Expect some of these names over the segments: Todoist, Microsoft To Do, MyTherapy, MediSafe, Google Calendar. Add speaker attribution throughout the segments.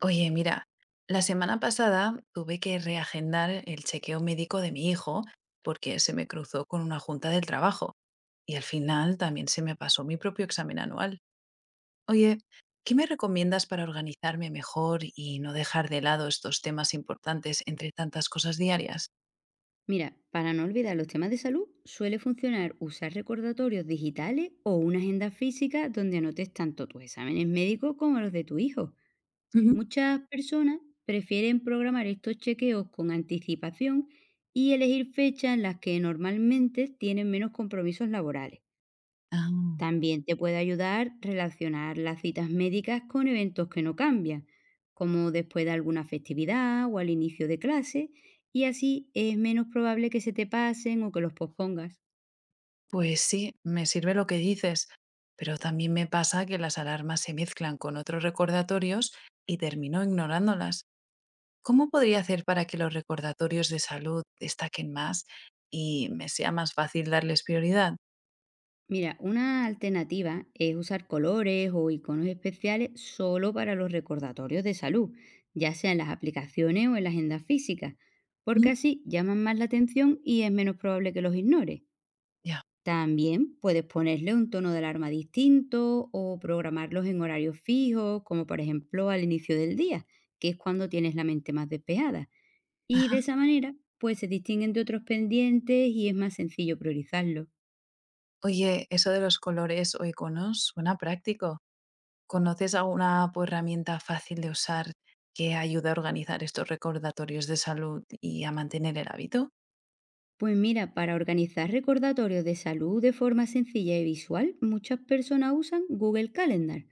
Speaker 1: Oye, mira, la semana pasada tuve que reagendar el chequeo médico de mi hijo porque se me cruzó con una junta del trabajo y al final también se me pasó mi propio examen anual. Oye, ¿qué me recomiendas para organizarme mejor y no dejar de lado estos temas importantes entre tantas cosas diarias?
Speaker 2: Mira, para no olvidar los temas de salud, suele funcionar usar recordatorios digitales o una agenda física donde anotes tanto tus exámenes médicos como los de tu hijo.
Speaker 1: Ujú.
Speaker 2: Muchas personas prefieren programar estos chequeos con anticipación y elegir fechas en las que normalmente tienen menos compromisos laborales.
Speaker 1: Ah,
Speaker 2: También te puede ayudar relacionar las citas médicas con eventos que no cambian, como después de alguna festividad o al inicio de clase, y así es menos probable que se te pasen o que los pospongas.
Speaker 1: pues sí, me sirve lo que dices, pero también me pasa que las alarmas se mezclan con otros recordatorios y termino ignorándolas. ¿Cómo podría hacer para que los recordatorios de salud destaquen más y me sea más fácil darles prioridad?
Speaker 2: Mira, una alternativa es usar colores o iconos especiales solo para los recordatorios de salud, ya sea en las aplicaciones o en la agenda física,
Speaker 1: Ujú.
Speaker 2: porque así llaman más la atención y es menos probable que los ignores.
Speaker 1: Ya.
Speaker 2: También puedes ponerle un tono de alarma distinto o programarlos en horarios fijos, como por ejemplo al inicio del día, que es cuando tienes la mente más despejada. Y
Speaker 1: Ajá.
Speaker 2: de esa manera, pues se distinguen de otros pendientes y es más sencillo priorizarlos.
Speaker 1: Oye, eso de los colores o iconos suena práctico. ¿Conoces alguna pues, herramienta fácil de usar que ayude a organizar estos recordatorios de salud y a mantener el hábito?
Speaker 2: Pues mira, para organizar recordatorios de salud de forma sencilla y visual, muchas personas usan Google Calendar,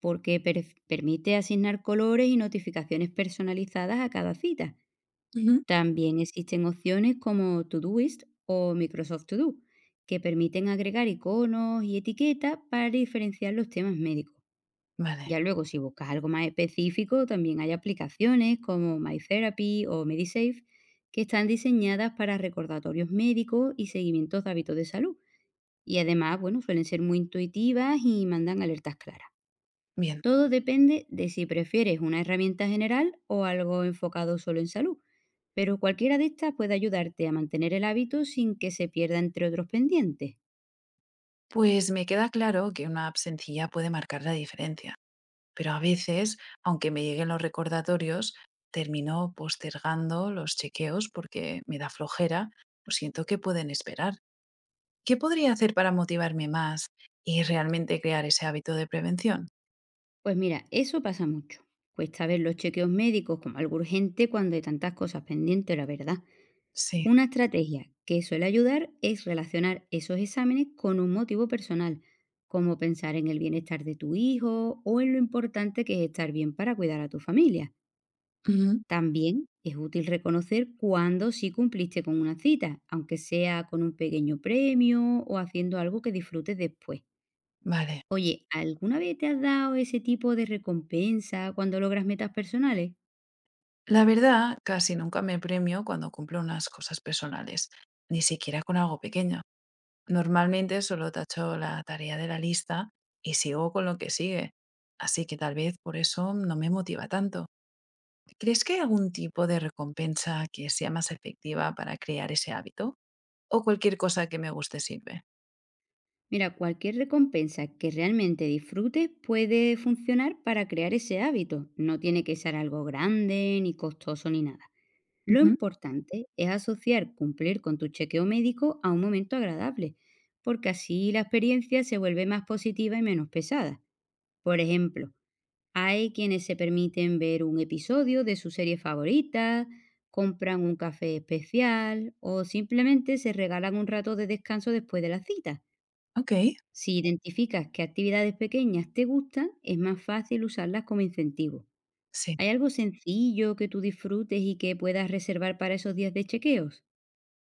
Speaker 2: porque permite asignar colores y notificaciones personalizadas a cada cita.
Speaker 1: Ujú.
Speaker 2: También existen opciones como Todoist o Microsoft To Do, que permiten agregar iconos y etiquetas para diferenciar los temas médicos.
Speaker 1: Vale,
Speaker 2: Ya luego, si buscas algo más específico, también hay aplicaciones como MyTherapy o MediSafe que están diseñadas para recordatorios médicos y seguimientos de hábitos de salud. Y además, bueno, suelen ser muy intuitivas y mandan alertas claras.
Speaker 1: bien.
Speaker 2: Todo depende de si prefieres una herramienta general o algo enfocado solo en salud, pero cualquiera de estas puede ayudarte a mantener el hábito sin que se pierda entre otros pendientes.
Speaker 1: Pues me queda claro que una app sencilla puede marcar la diferencia. Pero a veces, aunque me lleguen los recordatorios, termino postergando los chequeos porque me da flojera o siento que pueden esperar. ¿Qué podría hacer para motivarme más y realmente crear ese hábito de prevención?
Speaker 2: Pues mira, eso pasa mucho. Cuesta ver los chequeos médicos como algo urgente cuando hay tantas cosas pendientes, la verdad.
Speaker 1: Sí.
Speaker 2: Una estrategia que suele ayudar es relacionar esos exámenes con un motivo personal, como pensar en el bienestar de tu hijo o en lo importante que es estar bien para cuidar a tu familia.
Speaker 1: Ujú.
Speaker 2: También es útil reconocer cuándo sí cumpliste con una cita, aunque sea con un pequeño premio o haciendo algo que disfrutes después.
Speaker 1: Vale.
Speaker 2: Oye, ¿alguna vez te has dado ese tipo de recompensa cuando logras metas personales?
Speaker 1: La verdad, casi nunca me premio cuando cumplo unas cosas personales, ni siquiera con algo pequeño. Normalmente solo tacho la tarea de la lista y sigo con lo que sigue, así que tal vez por eso no me motiva tanto. ¿Crees que hay algún tipo de recompensa que sea más efectiva para crear ese hábito? ¿O cualquier cosa que me guste sirve?
Speaker 2: Mira, cualquier recompensa que realmente disfrutes puede funcionar para crear ese hábito. No tiene que ser algo grande, ni costoso, ni nada. Lo
Speaker 1: Ujú.
Speaker 2: importante es asociar cumplir con tu chequeo médico a un momento agradable, porque así la experiencia se vuelve más positiva y menos pesada. Por ejemplo, hay quienes se permiten ver un episodio de su serie favorita, compran un café especial o simplemente se regalan un rato de descanso después de la cita.
Speaker 1: Ok,
Speaker 2: Si identificas qué actividades pequeñas te gustan, es más fácil usarlas como incentivo.
Speaker 1: sí.
Speaker 2: ¿Hay algo sencillo que tú disfrutes y que puedas reservar para esos días de chequeos?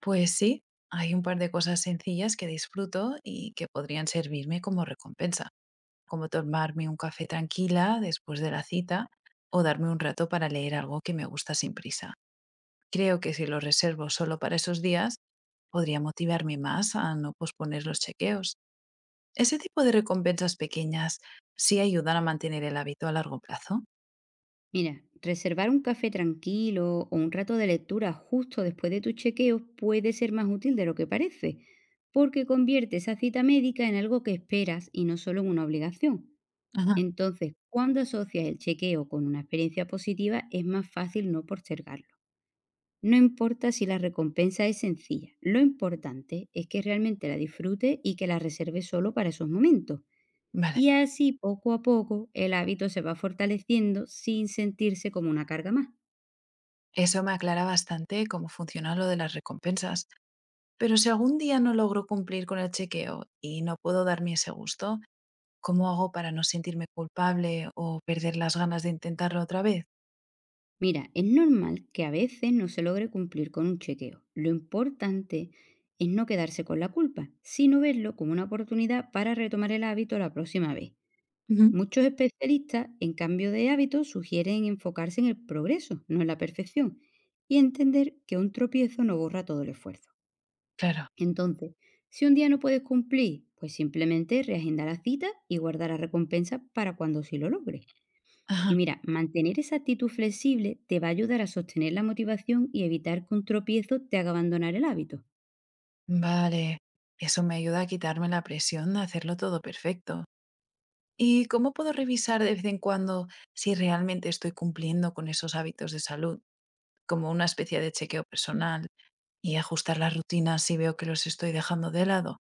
Speaker 1: Pues sí, hay un par de cosas sencillas que disfruto y que podrían servirme como recompensa, como tomarme un café tranquila después de la cita o darme un rato para leer algo que me gusta sin prisa. Creo que si lo reservo solo para esos días, podría motivarme más a no posponer los chequeos. Ese tipo de recompensas pequeñas sí ayudan a mantener el hábito a largo plazo.
Speaker 2: Mira, reservar un café tranquilo o un rato de lectura justo después de tus chequeos puede ser más útil de lo que parece, porque convierte esa cita médica en algo que esperas y no solo en una obligación.
Speaker 1: Ajá.
Speaker 2: Entonces, cuando asocias el chequeo con una experiencia positiva, es más fácil no postergarlo. No importa si la recompensa es sencilla, lo importante es que realmente la disfrutes y que la reserves solo para esos momentos.
Speaker 1: Vale,
Speaker 2: Y así, poco a poco, el hábito se va fortaleciendo sin sentirse como una carga más.
Speaker 1: eso me aclara bastante cómo funciona lo de las recompensas. Pero si algún día no logro cumplir con el chequeo y no puedo darme ese gusto, ¿cómo hago para no sentirme culpable o perder las ganas de intentarlo otra vez?
Speaker 2: Mira, es normal que a veces no se logre cumplir con un chequeo. Lo importante es no quedarse con la culpa, sino verlo como una oportunidad para retomar el hábito la próxima vez.
Speaker 1: Ujú.
Speaker 2: Muchos especialistas en cambio de hábitos sugieren enfocarse en el progreso, no en la perfección, y entender que un tropiezo no borra todo el esfuerzo.
Speaker 1: Claro.
Speaker 2: Entonces, si un día no puedes cumplir, pues simplemente reagenda la cita y guarda la recompensa para cuando sí lo logres.
Speaker 1: Ajá.
Speaker 2: Y mira, mantener esa actitud flexible te va a ayudar a sostener la motivación y evitar que un tropiezo te haga abandonar el hábito.
Speaker 1: Vale. Eso me ayuda a quitarme la presión de hacerlo todo perfecto. ¿Y cómo puedo revisar de vez en cuando si realmente estoy cumpliendo con esos hábitos de salud? Como una especie de chequeo personal y ajustar las rutinas si veo que los estoy dejando de lado.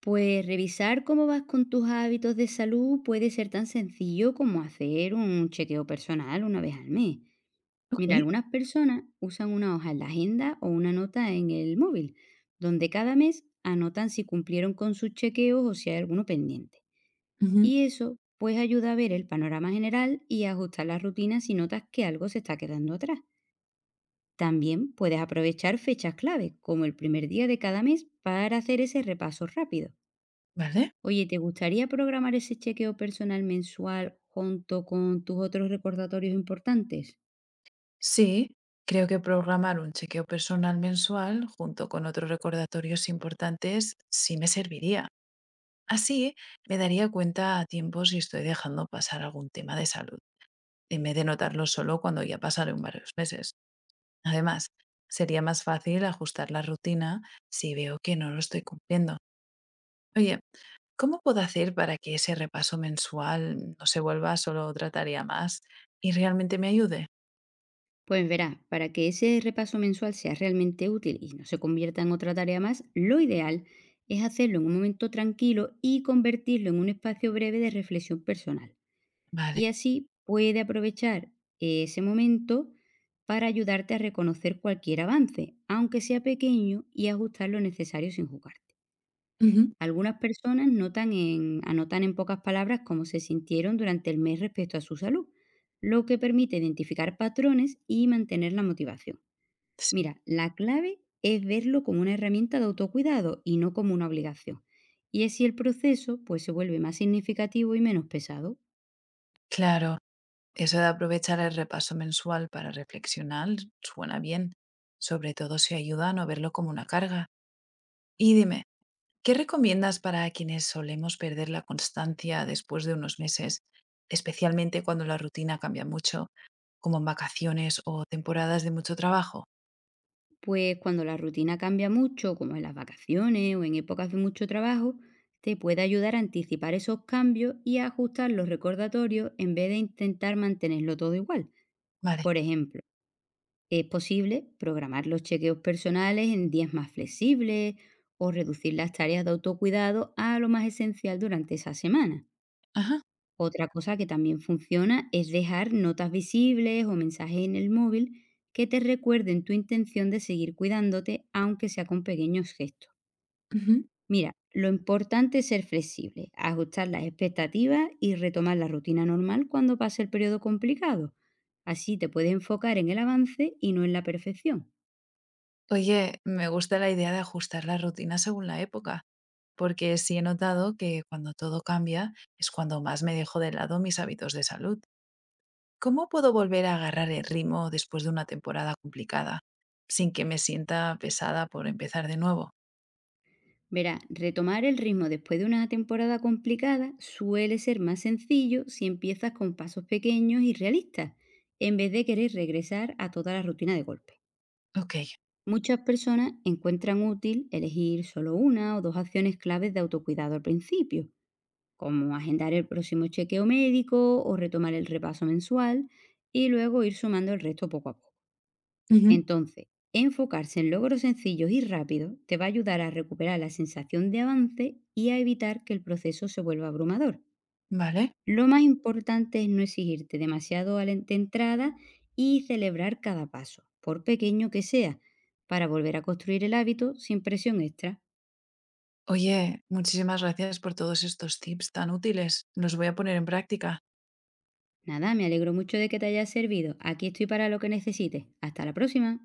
Speaker 2: Pues revisar cómo vas con tus hábitos de salud puede ser tan sencillo como hacer un chequeo personal una vez al mes. Mira,
Speaker 1: Okey.
Speaker 2: algunas personas usan una hoja en la agenda o una nota en el móvil, donde cada mes anotan si cumplieron con sus chequeos o si hay alguno pendiente.
Speaker 1: Ujú.
Speaker 2: Y eso pues ayuda a ver el panorama general y a ajustar las rutinas si notas que algo se está quedando atrás. También puedes aprovechar fechas clave, como el primer día de cada mes, para hacer ese repaso rápido.
Speaker 1: Vale.
Speaker 2: Oye, ¿te gustaría programar ese chequeo personal mensual junto con tus otros recordatorios importantes?
Speaker 1: Sí, creo que programar un chequeo personal mensual junto con otros recordatorios importantes sí me serviría. Así me daría cuenta a tiempo si estoy dejando pasar algún tema de salud, en vez de notarlo solo cuando ya pasaron varios meses. Además, sería más fácil ajustar la rutina si veo que no lo estoy cumpliendo. Oye, ¿cómo puedo hacer para que ese repaso mensual no se vuelva solo otra tarea más y realmente me ayude?
Speaker 2: Pues verá, para que ese repaso mensual sea realmente útil y no se convierta en otra tarea más, lo ideal es hacerlo en un momento tranquilo y convertirlo en un espacio breve de reflexión personal.
Speaker 1: Vale.
Speaker 2: Y así puede aprovechar ese momento para ayudarte a reconocer cualquier avance, aunque sea pequeño, y ajustar lo necesario sin jugarte.
Speaker 1: Ujú.
Speaker 2: Algunas personas anotan en pocas palabras cómo se sintieron durante el mes respecto a su salud, lo que permite identificar patrones y mantener la motivación.
Speaker 1: Sí.
Speaker 2: Mira, la clave es verlo como una herramienta de autocuidado y no como una obligación. Y así el proceso, pues, se vuelve más significativo y menos pesado.
Speaker 1: Claro, eso de aprovechar el repaso mensual para reflexionar suena bien, sobre todo si ayuda a no verlo como una carga. Y dime, ¿qué recomiendas para quienes solemos perder la constancia después de unos meses, especialmente cuando la rutina cambia mucho, como en vacaciones o temporadas de mucho trabajo?
Speaker 2: Pues cuando la rutina cambia mucho, como en las vacaciones o en épocas de mucho trabajo, te puede ayudar a anticipar esos cambios y a ajustar los recordatorios en vez de intentar mantenerlo todo igual.
Speaker 1: Vale.
Speaker 2: Por ejemplo, es posible programar los chequeos personales en días más flexibles o reducir las tareas de autocuidado a lo más esencial durante esa semana.
Speaker 1: Ajá.
Speaker 2: Otra cosa que también funciona es dejar notas visibles o mensajes en el móvil que te recuerden tu intención de seguir cuidándote, aunque sea con pequeños gestos.
Speaker 1: Ujú.
Speaker 2: Mira, lo importante es ser flexible, ajustar las expectativas y retomar la rutina normal cuando pase el periodo complicado. Así te puedes enfocar en el avance y no en la perfección.
Speaker 1: Oye, me gusta la idea de ajustar la rutina según la época, porque sí he notado que cuando todo cambia es cuando más me dejo de lado mis hábitos de salud. ¿Cómo puedo volver a agarrar el ritmo después de una temporada complicada, sin que me sienta pesada por empezar de nuevo?
Speaker 2: Verá, retomar el ritmo después de una temporada complicada suele ser más sencillo si empiezas con pasos pequeños y realistas, en vez de querer regresar a toda la rutina de golpe.
Speaker 1: Ok.
Speaker 2: Muchas personas encuentran útil elegir solo una o dos acciones claves de autocuidado al principio, como agendar el próximo chequeo médico o retomar el repaso mensual y luego ir sumando el resto poco a poco.
Speaker 1: Ujú.
Speaker 2: Entonces, enfocarse en logros sencillos y rápidos te va a ayudar a recuperar la sensación de avance y a evitar que el proceso se vuelva abrumador.
Speaker 1: Vale.
Speaker 2: Lo más importante es no exigirte demasiado al de entrada y celebrar cada paso, por pequeño que sea, para volver a construir el hábito sin presión extra.
Speaker 1: Oye, muchísimas gracias por todos estos tips tan útiles. Los voy a poner en práctica.
Speaker 2: Nada, me alegro mucho de que te haya servido. Aquí estoy para lo que necesites. Hasta la próxima.